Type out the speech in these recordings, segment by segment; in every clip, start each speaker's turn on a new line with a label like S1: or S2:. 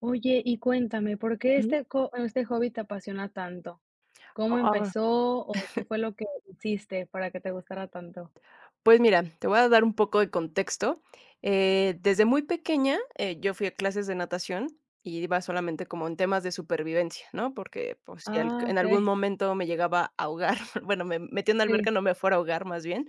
S1: Oye, y cuéntame, ¿por qué
S2: Hı
S1: este co este hobby te apasiona tanto? ¿Cómo
S2: ah
S1: empezó o qué fue lo que hiciste para que te gustara tanto?
S2: Pues mira, te voy a dar un poco de contexto. Desde muy pequeña, yo fui a clases de natación y iba solamente como en temas de supervivencia, ¿no? Porque pues si al-
S1: Ah,
S2: en algún
S1: okey,
S2: momento me llegaba a ahogar, bueno, me metí en la alberca,
S1: sí.
S2: no me fuera a ahogar más bien.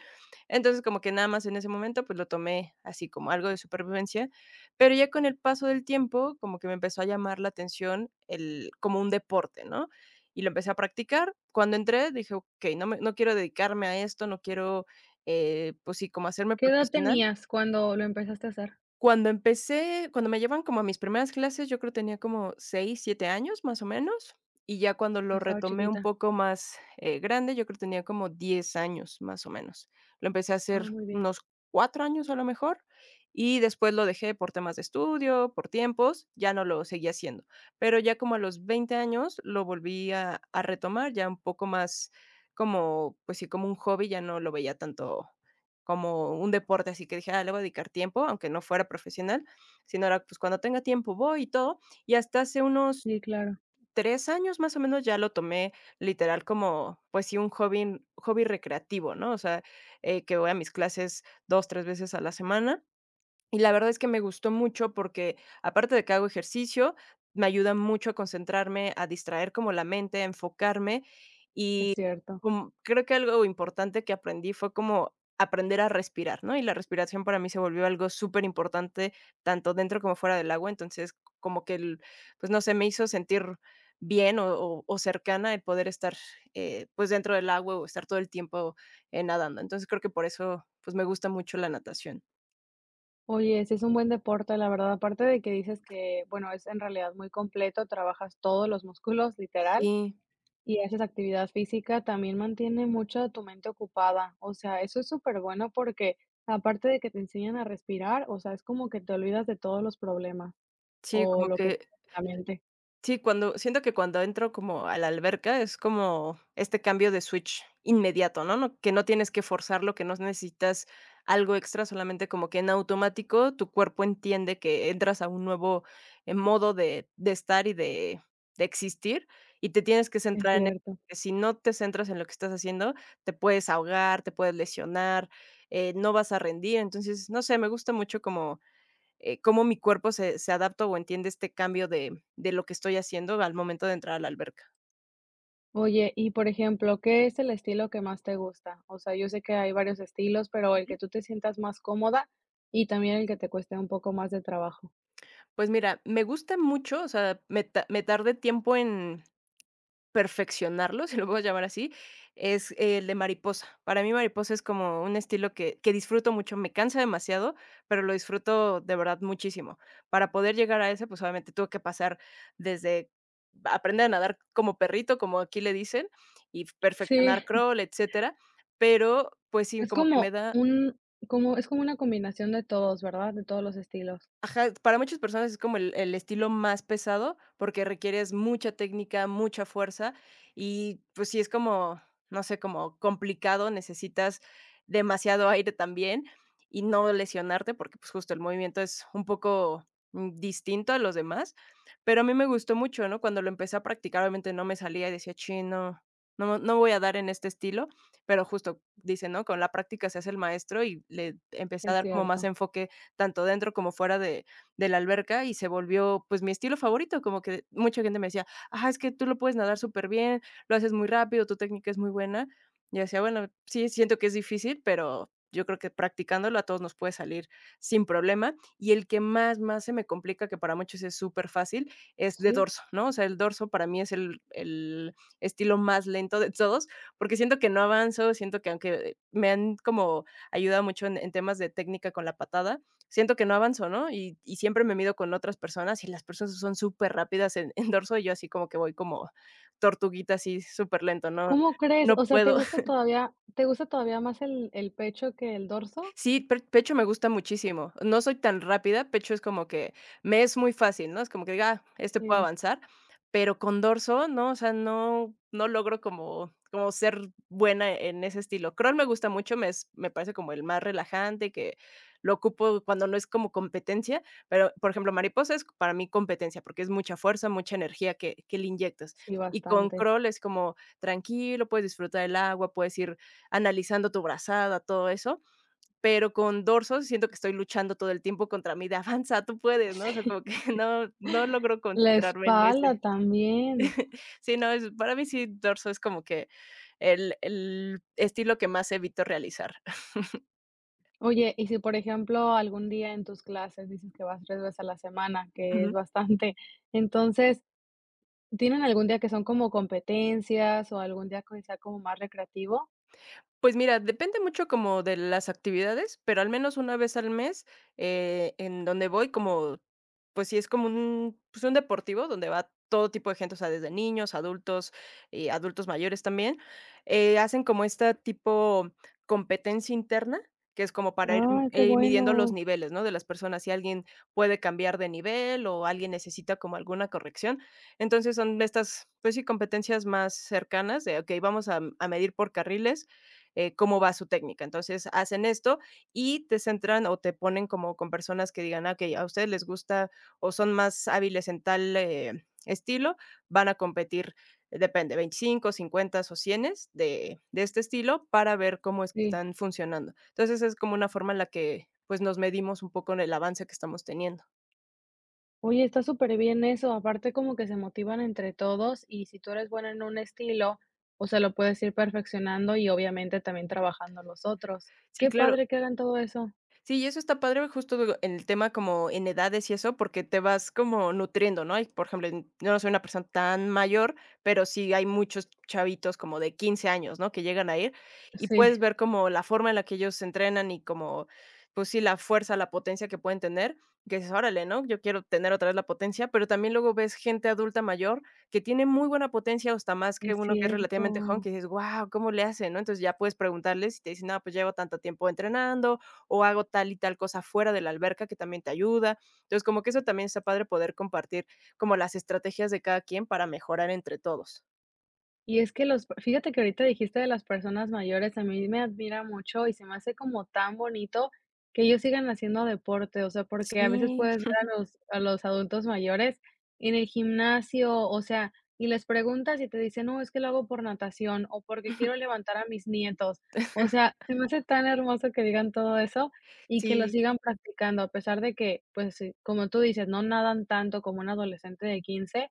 S2: Entonces como que nada más en ese momento pues lo tomé así como algo de supervivencia, pero ya con el paso del tiempo como que me empezó a llamar la atención el, como un deporte, ¿no? Y lo empecé a practicar. Cuando entré dije, ok, no, no quiero dedicarme a esto, no quiero pues sí, como hacerme
S1: ¿Qué edad
S2: profesional.
S1: tenías cuando lo empezaste a hacer?
S2: Cuando empecé cuando me llevan como a mis primeras clases, yo creo tenía como 6, 7 años, más o menos, y ya cuando
S1: Ah,
S2: lo
S1: estaba
S2: retomé un
S1: chiquita.
S2: poco más, grande, yo creo tenía como 10 años, más o menos. Lo empecé a
S1: Ah,
S2: hacer
S1: muy bien.
S2: unos 4 años, a lo mejor, y después lo dejé por temas de estudio, por tiempos, ya no lo seguí haciendo. Pero ya como a los 20 años lo volví a retomar, ya un poco más como, pues sí, como un hobby, ya no lo veía tanto como un deporte, así que dije: "Ah, le voy a dedicar tiempo", aunque no fuera profesional, sino era, pues, cuando tenga tiempo voy y todo. Y hasta hace unos
S1: Sí, claro,
S2: 3 años, más o menos, ya lo tomé literal como, pues sí, un hobby hobby recreativo, ¿no? O sea, que voy a mis clases 2 3 veces a la semana y la verdad es que me gustó mucho porque, aparte de que hago ejercicio, me ayuda mucho a concentrarme, a distraer como la mente, a enfocarme.
S1: es
S2: Y
S1: cierto.
S2: como creo que algo importante que aprendí fue como aprender a respirar, ¿no? Y la respiración para mí se volvió algo súper importante tanto dentro como fuera del agua. Entonces, como que, pues no sé, me hizo sentir bien o, o cercana el poder estar pues dentro del agua o estar todo el tiempo nadando. Entonces creo que por eso pues me gusta mucho la natación.
S1: Oye, sí es un buen deporte, la verdad, aparte de que dices que, bueno, es en realidad muy completo, trabajas todos los músculos, literal.
S2: Sí,
S1: Y haces actividad física, también mantiene mucho tu mente ocupada. O sea, eso es súper bueno porque aparte de que te enseñan a respirar, o sea, es como que te olvidas de todos los problemas
S2: sí,
S1: o
S2: como
S1: lo que
S2: que
S1: tienes en la mente.
S2: sí, cuando siento que cuando entro como a la alberca es como este cambio de switch inmediato, ¿no? No, que no tienes que forzarlo, que no necesitas algo extra, solamente como que en automático tu cuerpo entiende que entras a un nuevo, modo de estar y de existir, y te tienes que
S1: Es
S2: centrar en eso,
S1: cierto.
S2: porque si no te centras en lo que estás haciendo, te puedes ahogar, te puedes lesionar, no vas a rendir. Entonces, no sé, me gusta mucho como cómo mi cuerpo se adapta o entiende este cambio de lo que estoy haciendo al momento de entrar a la alberca.
S1: Oye, y por ejemplo, ¿qué es el estilo que más te gusta? O sea, yo sé que hay varios estilos, pero el que tú te sientas más cómoda y también el que te cueste un poco más de trabajo.
S2: Pues mira, me gusta mucho, o sea, me tardé tiempo en perfeccionarlo, si lo puedo llamar así, es el de mariposa. Para mí, mariposa es como un estilo que disfruto mucho, me cansa demasiado, pero lo disfruto de verdad muchísimo. Para poder llegar a ese, pues, obviamente tuve que pasar desde aprender a nadar como perrito, como aquí le dicen, y
S1: Sí,
S2: perfeccionar crawl, etcétera, pero, pues sí,
S1: es
S2: como que me
S1: como
S2: da.
S1: un es como una combinación de todos, ¿verdad? De todos los estilos.
S2: Ajá, para muchas personas es como el estilo más pesado, porque requieres mucha técnica, mucha fuerza y, pues, sí es como, no sé, como complicado, necesitas demasiado aire también y no lesionarte, porque, pues, justo el movimiento es un poco, mm, distinto a los demás, pero a mí me gustó mucho, ¿no? Cuando lo empecé a practicar, obviamente no me salía y decía: chino no, no voy a dar en este estilo", pero justo dice ¿no? Con la práctica se hace el maestro y le empecé a
S1: Es
S2: dar como más
S1: cierto.
S2: enfoque tanto dentro como fuera de la alberca, y se volvió, pues, mi estilo favorito, como que mucha gente me decía: ah es que tú lo puedes nadar súper bien lo haces muy rápido, tu técnica es muy buena". Y decía: "Bueno, sí, siento que es difícil, pero yo creo que practicándolo a todos nos puede salir sin problema". Y el que más, más se me complica, que para muchos es súper fácil es de
S1: Sí.
S2: dorso, ¿no? O sea, el dorso para mí es el estilo más lento de todos, porque siento que no avanzo, siento que aunque me han como ayudado mucho en temas de técnica con la patada, siento que no avanzo, ¿no? Y siempre me mido con otras personas, y las personas son superrápidas en en dorso, y yo así como que voy como tortuguita, así súper lento, no
S1: ¿Cómo crees?
S2: no
S1: O sea, ¿te
S2: puedo.
S1: gusta todavía te gusta todavía más el pecho que el dorso?
S2: Sí, per pecho me gusta muchísimo. No soy tan rápida, pecho es como que me es muy fácil, ¿no? Es como que diga: "Ah, este puedo
S1: Sí,
S2: avanzar", pero con dorso, no, o sea, no logro como como ser buena en ese estilo. Crawl me gusta mucho, me parece como el más relajante, que lo ocupo cuando no es como competencia, pero, por ejemplo, mariposa es para mí competencia, porque es mucha fuerza, mucha energía que le inyectas.
S1: sí,
S2: Y con
S1: bastante.
S2: crawl es como tranquilo, puedes disfrutar el agua, puedes ir analizando tu brazada, todo eso. Pero con dorsos siento que estoy luchando todo el tiempo contra mí de: "Avanza, tú puedes", ¿no? O sea,
S1: Sí.
S2: como que no logro
S1: La
S2: concentrarme en
S1: espalda
S2: ese.
S1: también.
S2: Sí, no, es para mí sí, dorso es como que el estilo que más evito realizar.
S1: Oye, y si, por ejemplo, algún día en tus clases dices que vas 3 veces a la semana, que es bastante, entonces, ¿tienen algún día que son como competencias o algún día que sea como más recreativo?
S2: Pues mira, depende mucho como de las actividades, pero al menos una vez al mes, en donde voy como, pues sí es como un, pues un deportivo donde va todo tipo de gente, o sea, desde niños, adultos y adultos mayores también, hacen como esta tipo competencia interna, que es como para ir, mm,
S1: Ah, qué
S2: midiendo los
S1: bueno.
S2: niveles, ¿no? De las personas, si alguien puede cambiar de nivel o alguien necesita como alguna corrección. Entonces son estas, pues sí, competencias más cercanas de, ok, vamos a medir por carriles cómo va su técnica. Entonces hacen esto y te centran o te ponen como con personas que digan, "Ah, okey, a ustedes les gusta o son más hábiles en tal, estilo, van a competir, depende, 25, 50 o 100 de este estilo para ver cómo es que
S1: Sí.
S2: están funcionando". Entonces es como una forma en la que, pues, nos medimos un poco en el avance que estamos teniendo.
S1: Oye, está súper bien eso, aparte como que se motivan entre todos y si tú eres buena en un estilo, o sea, lo puedes ir perfeccionando y obviamente también trabajando los otros.
S2: Sí,
S1: Qué
S2: claro.
S1: padre que hagan todo eso.
S2: Sí, y eso está padre justo digo, en el tema como en edades y eso, porque te vas como nutriendo, ¿no? Y, por ejemplo, yo no soy una persona tan mayor, pero sí hay muchos chavitos como de 15 años, ¿no? Que llegan a ir y
S1: Sí,
S2: puedes ver como la forma en la que ellos se entrenan y como, pues sí, la fuerza, la potencia que pueden tener, que dices, órale, ¿no? Yo quiero tener otra vez la potencia, pero también luego ves gente adulta mayor que tiene muy buena potencia, o hasta más que
S1: es
S2: uno que es relativamente joven,
S1: cierto.
S2: que dices, wow, ¿cómo le hace, no? Entonces ya puedes preguntarles y te dicen, no, pues llevo tanto tiempo entrenando o hago tal y tal cosa fuera de la alberca que también te ayuda. Entonces, como que eso también está padre poder compartir como las estrategias de cada quien para mejorar entre todos.
S1: Y es que los fíjate que ahorita dijiste de las personas mayores, a mí me admira mucho y se me hace como tan bonito que ellos sigan haciendo deporte, o sea, porque a veces
S2: Sí.
S1: puedes ver a los adultos mayores en el gimnasio, o sea, y les preguntas y te dicen: "No, es que lo hago por natación o porque quiero levantar a mis nietos". O sea, se me hace tan hermoso que digan todo eso y que lo
S2: Sí, sí,
S1: sigan practicando, a pesar de que, pues, sí, como tú dices, no nadan tanto como un adolescente de 15,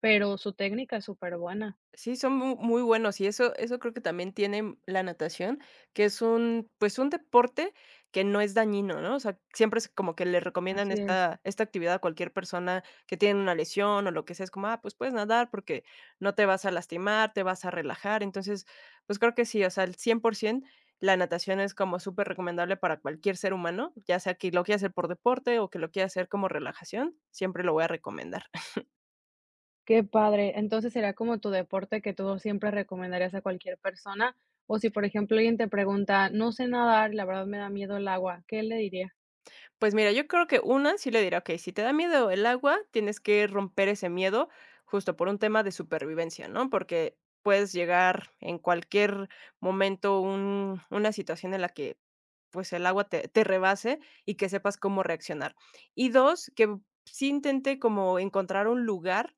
S1: pero su técnica es superbuena.
S2: sí, son mu muy buenos, y eso creo que también tiene mm, la natación, que es un, pues, un deporte que no es dañino, ¿no? O sea, siempre es como que le recomiendan
S1: Así es.
S2: esta actividad a cualquier persona que tiene una lesión o lo que sea, es como: "Ah, pues, puedes nadar porque no te vas a lastimar, te vas a relajar". Entonces, pues, creo que sí, o sea, al 100% la natación es como súper recomendable para cualquier ser humano, ya sea que lo quiera hacer por deporte o que lo quiera hacer como relajación, siempre lo voy a recomendar.
S1: Qué padre. Entonces, ¿será como tu deporte que tú siempre recomendarías a cualquier persona? O si, por ejemplo, alguien te pregunta: "No sé nadar, la verdad me da miedo el agua", ¿qué le dirías?
S2: Pues mira, yo creo que una sí le diría, okey, si te da miedo el agua, tienes que romper ese miedo justo por un tema de supervivencia, ¿no? Porque puedes llegar en cualquier momento un una situación en la que, pues, el agua te rebase y que sepas cómo reaccionar. Y 2, que sí intente como encontrar un lugar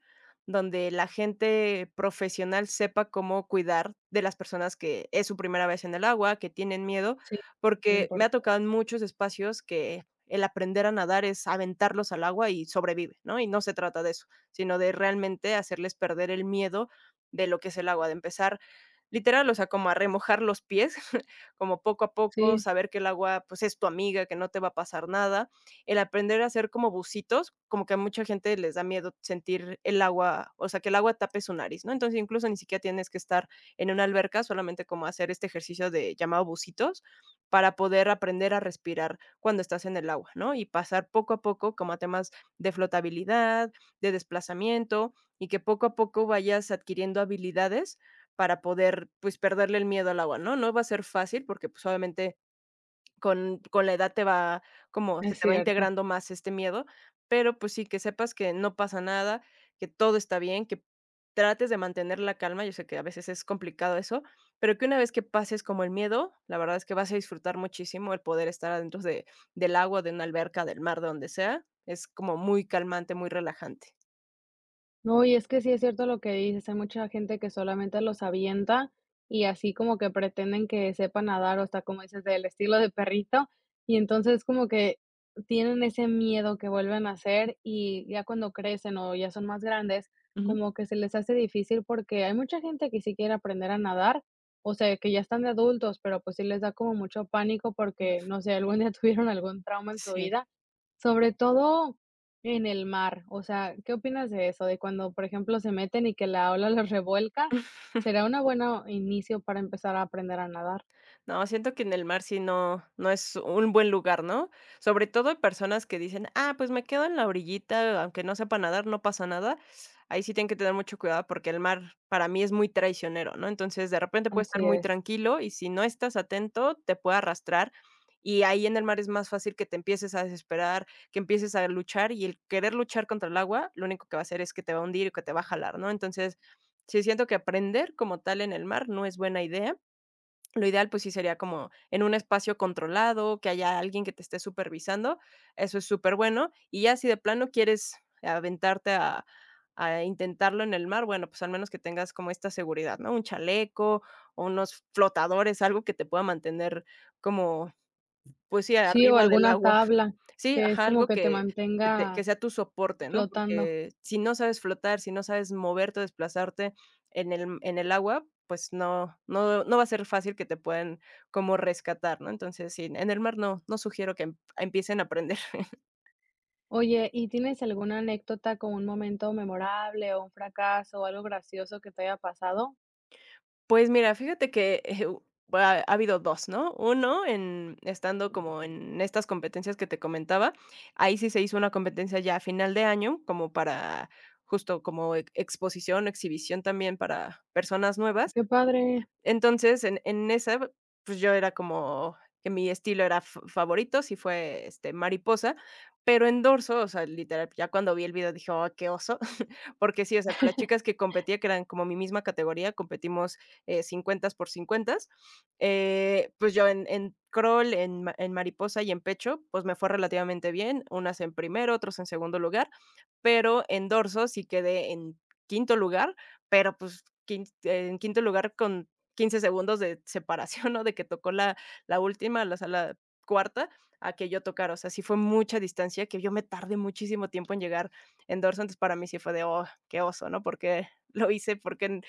S2: donde la gente profesional sepa cómo cuidar de las personas que es su primera vez en el agua, que tienen miedo,
S1: Sí, súper
S2: porque me ha tocado
S1: importante.
S2: en muchos espacios que el aprender a nadar es aventarlos al agua y sobrevive, ¿no? Y no se trata de eso, sino de realmente hacerles perder el miedo de lo que es el agua, de empezar literal, o sea, como a remojar los pies, como poco a poco,
S1: Sí,
S2: saber que el agua, pues, es tu amiga, que no te va a pasar nada. El aprender a hacer como bucitos, como que a mucha gente les da miedo sentir el agua, o sea, que el agua tape su nariz, ¿no? Entonces, incluso ni siquiera tienes que estar en una alberca, solamente como hacer este ejercicio de llamado bucitos para poder aprender a respirar cuando estás en el agua, ¿no? Y pasar poco a poco como a temas de flotabilidad, de desplazamiento y que poco a poco vayas adquiriendo habilidades para poder, pues, perderle el miedo al agua, ¿no? No va a ser fácil porque, pues, obviamente con la edad te va como se
S1: es
S2: te va
S1: cierto.
S2: integrando más este miedo, pero, pues sí, que sepas que no pasa nada, que todo está bien, que trates de mantener la calma. Yo sé que a veces es complicado eso, pero que una vez que pases como el miedo, la verdad es que vas a disfrutar muchísimo el poder estar adentro de del agua, de una alberca, del mar, de donde sea. Es como muy calmante, muy relajante.
S1: No, y es que sí es cierto lo que dices, hay mucha gente que solamente los avienta y así como que pretenden que sepan nadar, o hasta como dices, del estilo de perrito, y entonces como que tienen ese miedo que vuelven a hacer y ya cuando crecen o ya son más grandes,
S2: Ujú.
S1: como que se les hace difícil porque hay mucha gente que sí quiere aprender a nadar, o sea, que ya están de adultos, pero pues sí les da como mucho pánico porque, no sé, algún día tuvieron algún trauma en su
S2: Sí.
S1: vida sobre todo en el mar, o sea, ¿qué opinas de eso? De cuando, por ejemplo, se meten y que la ola los revuelca, ¿será una buena inicio para empezar a aprender a nadar?
S2: No, siento que en el mar sí no es un buen lugar, ¿no? Sobre todo hay personas que dicen: "Ah, pues me quedo en la orillita, aunque no sepa nadar, no pasa nada". Ahí sí tienen que tener mucho cuidado porque el mar para mí es muy traicionero, ¿no? Entonces, de repente puede estar
S1: Así
S2: muy
S1: es.
S2: tranquilo y si no estás atento, te puede arrastrar, y ahí en el mar es más fácil que te empieces a desesperar, que empieces a luchar, y el querer luchar contra el agua, lo único que va a hacer es que te va a hundir o que te va a jalar, ¿no? Entonces, sí siento que aprender como tal en el mar no es buena idea. Lo ideal, pues sí sería como en un espacio controlado, que haya alguien que te esté supervisando, eso es súper bueno. Y ya si de plano quieres aventarte a intentarlo en el mar, bueno, pues al menos que tengas como esta seguridad, ¿no? Un chaleco o unos flotadores, algo que te pueda mantener como, pues sí,
S1: Sí, o
S2: arriba del
S1: alguna
S2: agua.
S1: tabla
S2: Sí,
S1: que es
S2: ajá,
S1: como
S2: algo
S1: que te
S2: que que te
S1: mantenga
S2: que sea tu soporte, ¿no?
S1: flotando.
S2: Porque si no sabes flotar, si no sabes moverte desplazarte en el agua, pues no va a ser fácil que te puedan como rescatar, ¿no? Entonces, sí, en el mar no, no sugiero que empiecen a aprender.
S1: Oye, ¿y tienes alguna anécdota con un momento memorable o un fracaso o algo gracioso que te haya pasado?
S2: Pues mira, fíjate que, u ha ha habido 2, ¿no? Uno en estando como en estas competencias que te comentaba, ahí sí se hizo una competencia ya a final de año, como para justo como exposición, exhibición también para personas nuevas,
S1: Qué padre.
S2: entonces, en esa, pues, yo era como que mi estilo era f favorito, sí fue, este, mariposa, pero en dorso, o sea, literal, ya cuando vi el video dije: "Oh, qué oso", porque sí, o sea, con las chicas que competía, que eran como mi misma categoría, competimos, 50 por 50, pues, yo en crawl, en ma en mariposa y en pecho, pues, me fue relativamente bien, unas en primero, otros en segundo lugar, pero en dorso sí quedé en quinto lugar, pero, pues, quin en quinto lugar con 15 segundos de separación, ¿no? De que tocó la última, la sala cuarta, a que yo tocara. O sea, sí fue mucha distancia, que yo me tardé muchísimo tiempo en llegar en dorso, entonces para mí sí fue de: "Oh, qué oso", ¿no? Porque lo hice, porque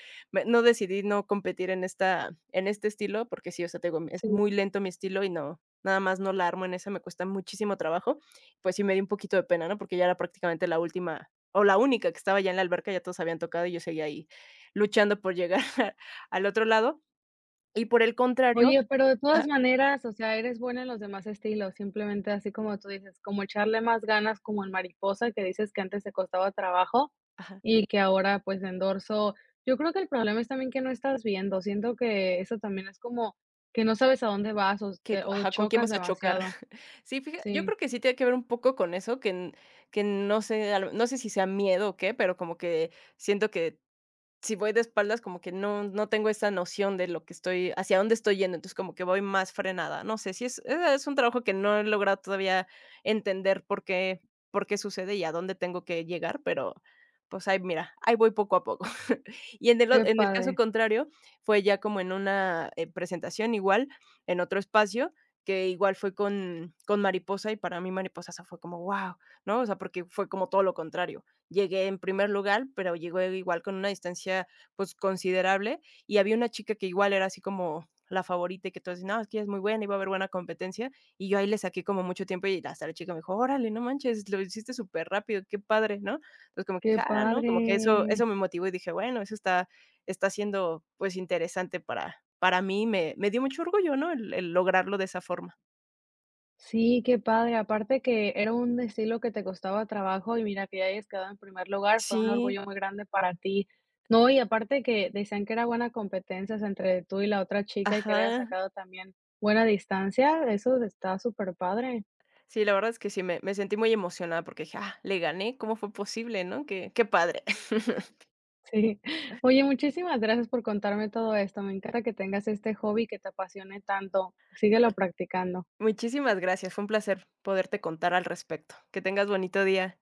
S2: no decidí no competir en esta en este estilo, porque sí, o sea, te digo, es
S1: Sí.
S2: muy lento mi estilo y no, nada más no la armo en esa, me cuesta muchísimo trabajo. Pues sí me dio un poquito de pena, ¿no? Porque ya era prácticamente la última o la única que estaba ya en la alberca, ya todos habían tocado y yo seguía ahí luchando por llegar al otro lado. Y por el contrario,
S1: Oye, pero de todas
S2: ajá,
S1: maneras, o sea, eres buena en los demás estilos, simplemente así como tú dices, como echarle más ganas como en mariposa, que dices que antes te costaba trabajo
S2: ajá,
S1: y que ahora pues endorso. Yo creo que el problema es también que no estás viendo, siento que eso también es como que no sabes a dónde vas o
S2: que
S1: te o
S2: ajá, ¿con quién
S1: chocas
S2: vas a chocar?
S1: demasiado.
S2: Sí, fija yo
S1: Sí,
S2: creo que sí tiene que ver un poco con eso, que no sé, a lo no sé si sea miedo o qué, pero como que siento que si voy de espaldas, como que no tengo esa noción de lo que estoy hacia dónde estoy yendo, entonces, como que voy más frenada. No sé, si es es un trabajo que no he logrado todavía entender por qué sucede y a dónde tengo que llegar, pero, pues, ahí mira, ahí voy poco a poco. Y en el o
S1: qué
S2: en el caso
S1: padre,
S2: contrario, fue ya como en una, presentación igual, en otro espacio, que igual fue con mariposa, y para mí mariposa se fue como, wow, ¿no? O sea, porque fue como todo lo contrario. Llegué en primer lugar, pero llegué igual con una distancia, pues, considerable, y había una chica que igual era así como la favorita, y que todos decían: "No, es que ella es muy buena, iba a haber buena competencia", y yo ahí le saqué como mucho tiempo, y hasta la chica me dijo: "Órale, no manches, lo hiciste súper rápido, qué padre", ¿no? Entonces, como que
S1: qué
S2: dije: "Ah, ¿no?". Como que eso
S1: padre.
S2: eso me motivó y dije: "Bueno, eso está siendo, pues, interesante para mí". Me dio mucho orgullo, ¿no?, el lograrlo de esa forma.
S1: Sí, qué padre. Aparte que era un estilo que te costaba trabajo y mira que ya hayas quedado en primer lugar, fue un
S2: Sí,
S1: orgullo muy grande para ti. No, y aparte que decían que era buena competencia entre tú y la otra chica y que le hayas
S2: ajá.
S1: sacado también buena distancia, eso está súper padre.
S2: Sí, la verdad es que sí, me sentí muy emocionada porque dije: "Ah, le gané, ¿cómo fue posible?", ¿no? Qué padre.
S1: Sí. Oye, muchísimas gracias por contarme todo esto. Me encanta que tengas este hobby que te apasione tanto. Síguelo practicando.
S2: Muchísimas gracias, fue un placer poderte contar al respecto. Que tengas bonito día.